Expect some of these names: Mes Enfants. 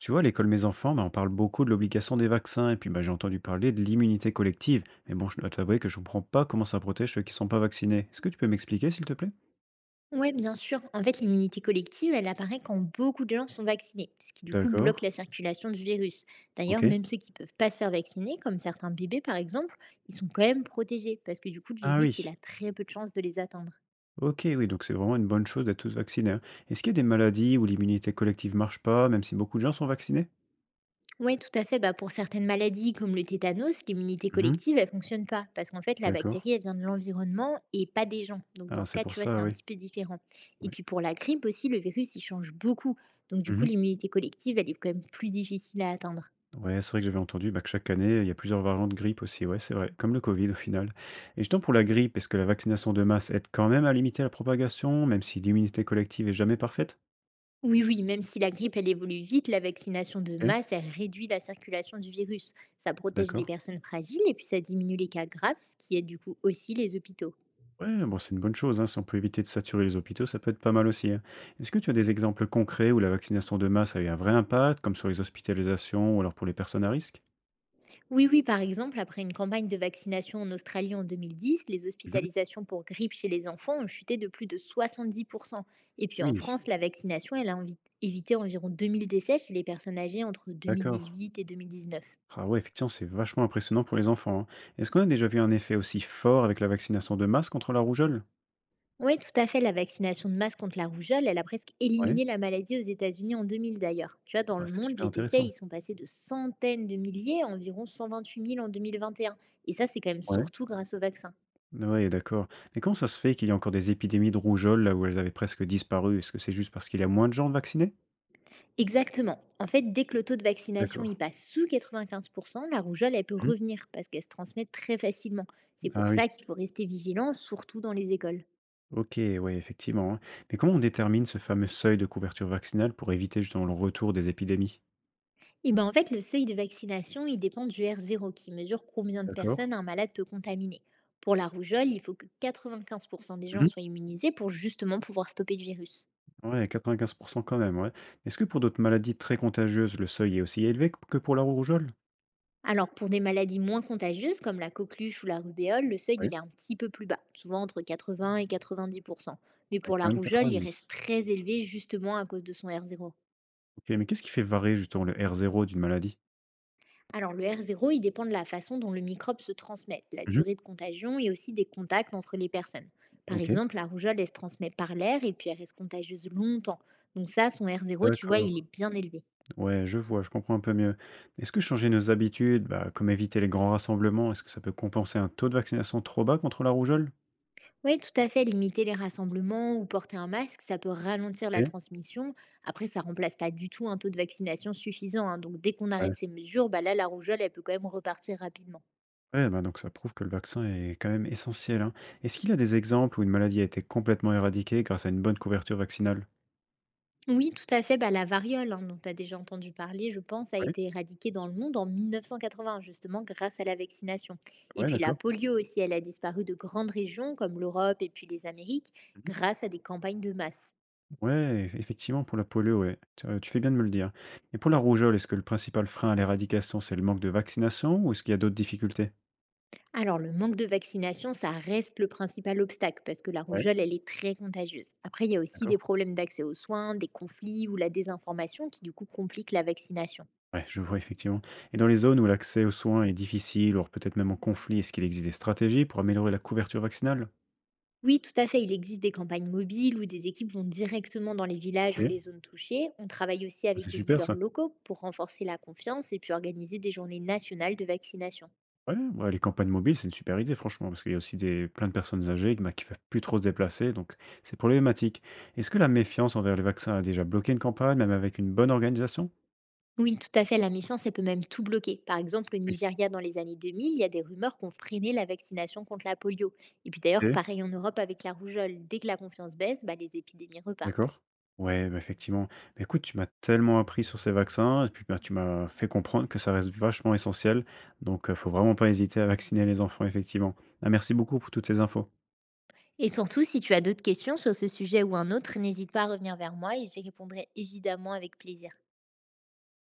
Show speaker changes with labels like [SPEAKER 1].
[SPEAKER 1] Tu vois, à l'école Mes Enfants, bah, on parle beaucoup de l'obligation des vaccins, et puis bah, j'ai entendu parler de l'immunité collective. Mais bon, je dois t'avouer que je comprends pas comment ça protège ceux qui sont pas vaccinés. Est-ce que tu peux m'expliquer, s'il te plaît?
[SPEAKER 2] Oui, bien sûr. En fait, l'immunité collective, elle apparaît quand beaucoup de gens sont vaccinés, ce qui du coup
[SPEAKER 1] D'accord.
[SPEAKER 2] bloque la circulation du virus. D'ailleurs,
[SPEAKER 1] Ok.
[SPEAKER 2] même ceux qui ne peuvent pas se faire vacciner, comme certains bébés par exemple, ils sont quand même protégés, parce que du coup, le
[SPEAKER 1] Ah
[SPEAKER 2] virus, il
[SPEAKER 1] oui.
[SPEAKER 2] a très peu de chances de les atteindre.
[SPEAKER 1] Ok, oui, donc c'est vraiment une bonne chose d'être tous vaccinés, hein. Est-ce qu'il y a des maladies où l'immunité collective marche pas, même si beaucoup de gens sont vaccinés?
[SPEAKER 2] Oui, tout à fait. Bah, pour certaines maladies comme le tétanos, l'immunité
[SPEAKER 1] Mhm.
[SPEAKER 2] collective, elle fonctionne pas, parce qu'en fait, la
[SPEAKER 1] D'accord.
[SPEAKER 2] bactérie, elle vient de l'environnement et pas des gens. Donc dans
[SPEAKER 1] Ah,
[SPEAKER 2] ce
[SPEAKER 1] c'est
[SPEAKER 2] cas,
[SPEAKER 1] pour
[SPEAKER 2] tu vois, c'est
[SPEAKER 1] ça,
[SPEAKER 2] un
[SPEAKER 1] oui.
[SPEAKER 2] petit peu différent. Et
[SPEAKER 1] Ouais.
[SPEAKER 2] puis pour la grippe aussi, le virus, il change beaucoup. Donc du coup,
[SPEAKER 1] Mhm.
[SPEAKER 2] l'immunité collective, elle est quand même plus difficile à atteindre.
[SPEAKER 1] Ouais, c'est vrai que j'avais entendu bah, que chaque année, il y a plusieurs variantes de grippe aussi. Ouais, c'est vrai, comme le Covid au final. Et justement pour la grippe, est-ce que la vaccination de masse aide quand même à limiter la propagation, même si l'immunité collective est jamais parfaite?
[SPEAKER 2] Oui, oui, même si la grippe, elle évolue vite, la vaccination de
[SPEAKER 1] Ok,
[SPEAKER 2] masse, elle réduit la circulation du virus. Ça protège les
[SPEAKER 1] d'accord.
[SPEAKER 2] personnes fragiles et puis ça diminue les cas graves, ce qui aide du coup aussi les hôpitaux.
[SPEAKER 1] Ouais, bon, c'est une bonne chose, hein. Si on peut éviter de saturer les hôpitaux, ça peut être pas mal aussi, hein. Est-ce que tu as des exemples concrets où la vaccination de masse a eu un vrai impact, comme sur les hospitalisations ou alors pour les personnes à risque?
[SPEAKER 2] Oui, oui, par exemple, après une campagne de vaccination en Australie en 2010, les
[SPEAKER 1] Mhm.
[SPEAKER 2] hospitalisations pour grippe chez les enfants ont chuté de plus de 70%. Et puis en
[SPEAKER 1] Oui,
[SPEAKER 2] France, la vaccination, évité environ 2000 décès chez les personnes âgées entre
[SPEAKER 1] d'accord.
[SPEAKER 2] 2018 et 2019.
[SPEAKER 1] Ah ouais, effectivement, c'est vachement impressionnant pour les enfants, hein. Est-ce qu'on a déjà vu un effet aussi fort avec la vaccination de masse contre la rougeole?
[SPEAKER 2] Oui, tout à fait. La vaccination de masse contre la rougeole, elle a presque
[SPEAKER 1] Ouais.
[SPEAKER 2] éliminé la maladie aux États-Unis en 2000 d'ailleurs. Tu vois, dans
[SPEAKER 1] Ouais,
[SPEAKER 2] le
[SPEAKER 1] c'est
[SPEAKER 2] monde,
[SPEAKER 1] super
[SPEAKER 2] les décès,
[SPEAKER 1] intéressant.
[SPEAKER 2] ils sont passés de centaines de milliers à environ 128 000 en 2021. Et un. Et ça, c'est quand même
[SPEAKER 1] Ouais.
[SPEAKER 2] surtout grâce au vaccin.
[SPEAKER 1] Ouais, d'accord. Mais comment ça se fait qu'il y a encore des épidémies de rougeole là où elles avaient presque disparu? Est-ce que c'est juste parce qu'il y a moins de gens vaccinés?
[SPEAKER 2] Exactement. En fait, dès que le taux de vaccination
[SPEAKER 1] D'accord.
[SPEAKER 2] y passe sous 95%, la rougeole, elle peut
[SPEAKER 1] Mmh.
[SPEAKER 2] revenir parce qu'elle se transmet très facilement. C'est pour
[SPEAKER 1] Ah oui.
[SPEAKER 2] ça qu'il faut rester vigilant, surtout dans les écoles.
[SPEAKER 1] OK, ouais, effectivement, hein. Mais comment on détermine ce fameux seuil de couverture vaccinale pour éviter justement le retour des épidémies?
[SPEAKER 2] Eh ben, en fait, le seuil de vaccination, il dépend du R0 qui mesure combien de
[SPEAKER 1] D'accord.
[SPEAKER 2] personnes un malade peut contaminer. Pour la rougeole, il faut que 95% des gens
[SPEAKER 1] Mmh.
[SPEAKER 2] soient immunisés pour justement pouvoir stopper le virus.
[SPEAKER 1] Ouais, 95% quand même, ouais. Est-ce que pour d'autres maladies très contagieuses, le seuil est aussi élevé que pour la rougeole?
[SPEAKER 2] Alors pour des maladies moins contagieuses comme la coqueluche ou la rubéole, le seuil
[SPEAKER 1] Oui,
[SPEAKER 2] il est un petit peu plus bas, souvent entre 80 et 90%. Mais
[SPEAKER 1] ouais,
[SPEAKER 2] pour la
[SPEAKER 1] quand même
[SPEAKER 2] rougeole, il reste
[SPEAKER 1] 90%.
[SPEAKER 2] très élevé justement à cause de son R0.
[SPEAKER 1] OK, mais qu'est-ce qui fait varier justement le R0 d'une maladie?
[SPEAKER 2] Alors le R0, il dépend de la façon dont le microbe se transmet, de la
[SPEAKER 1] Mmh.
[SPEAKER 2] durée de contagion et aussi des contacts entre les personnes. Par
[SPEAKER 1] OK,
[SPEAKER 2] exemple, la rougeole, elle se transmet par l'air et puis elle reste contagieuse longtemps. Donc ça, son R0, tu vois,
[SPEAKER 1] d'accord.
[SPEAKER 2] il est bien élevé.
[SPEAKER 1] Ouais, je vois, je comprends un peu mieux. Est-ce que changer nos habitudes, bah, comme éviter les grands rassemblements, est-ce que ça peut compenser un taux de vaccination trop bas contre la rougeole?
[SPEAKER 2] Oui, tout à fait, limiter les rassemblements ou porter un masque, ça peut ralentir la
[SPEAKER 1] Ok.
[SPEAKER 2] transmission. Après, ça remplace pas du tout un taux de vaccination suffisant, hein. Donc dès qu'on arrête
[SPEAKER 1] Ouais.
[SPEAKER 2] ces mesures, bah là, la rougeole, elle peut quand même repartir rapidement.
[SPEAKER 1] Ouais, bah donc ça prouve que le vaccin est quand même essentiel, hein. Est-ce qu'il y a des exemples où une maladie a été complètement éradiquée grâce à une bonne couverture vaccinale?
[SPEAKER 2] Oui, tout à fait. Bah, la variole, hein, dont tu as déjà entendu parler, je pense, a
[SPEAKER 1] Ouais,
[SPEAKER 2] été éradiquée dans le monde en 1980, justement grâce à la vaccination. Et
[SPEAKER 1] ouais,
[SPEAKER 2] puis la
[SPEAKER 1] d'accord.
[SPEAKER 2] polio aussi, elle a disparu de grandes régions comme l'Europe et puis les Amériques
[SPEAKER 1] Mhm.
[SPEAKER 2] grâce à des campagnes de masse.
[SPEAKER 1] Ouais, effectivement, pour la polio, ouais. Tu, tu fais bien de me le dire. Et pour la rougeole, est-ce que le principal frein à l'éradication, c'est le manque de vaccination ou est-ce qu'il y a d'autres difficultés?
[SPEAKER 2] Alors le manque de vaccination, ça reste le principal obstacle parce que la
[SPEAKER 1] Ouais,
[SPEAKER 2] rougeole, elle est très contagieuse. Après, il y a aussi des
[SPEAKER 1] d'accord.
[SPEAKER 2] problèmes d'accès aux soins, des conflits ou la désinformation qui du coup compliquent la vaccination.
[SPEAKER 1] Ouais, je vois effectivement. Et dans les zones où l'accès aux soins est difficile, ou peut-être même en conflit, est-ce qu'il existe des stratégies pour améliorer la couverture vaccinale?
[SPEAKER 2] Oui, tout à fait. Il existe des campagnes mobiles où des équipes vont directement dans les villages ou
[SPEAKER 1] Ok,
[SPEAKER 2] les zones touchées. On travaille aussi
[SPEAKER 1] bah,
[SPEAKER 2] avec
[SPEAKER 1] c'est
[SPEAKER 2] des
[SPEAKER 1] super
[SPEAKER 2] leaders
[SPEAKER 1] ça.
[SPEAKER 2] locaux pour renforcer la confiance et puis organiser des journées nationales de vaccination.
[SPEAKER 1] Ouais, ouais, les campagnes mobiles, c'est une super idée, franchement, parce qu'il y a aussi des, plein de personnes âgées bah, qui ne peuvent plus trop se déplacer, donc c'est problématique. Est-ce que la méfiance envers les vaccins a déjà bloqué une campagne, même avec une bonne organisation?
[SPEAKER 2] Oui, tout à fait. La méfiance, elle peut même tout bloquer. Par exemple, au Nigeria, dans les années 2000, il y a des rumeurs qu'on freinait la vaccination contre la polio. Et puis d'ailleurs,
[SPEAKER 1] Oui.
[SPEAKER 2] pareil en Europe avec la rougeole. Dès que la confiance baisse, bah, les épidémies repartent.
[SPEAKER 1] D'accord. Ouais, bah, effectivement. Bah, écoute, tu m'as tellement appris sur ces vaccins et puis, bah, tu m'as fait comprendre que ça reste vachement essentiel. Donc, faut vraiment pas hésiter à vacciner les enfants, effectivement. Ah, merci beaucoup pour toutes ces infos.
[SPEAKER 2] Et surtout, si tu as d'autres questions sur ce sujet ou un autre, n'hésite pas à revenir vers moi et j'y répondrai évidemment avec plaisir.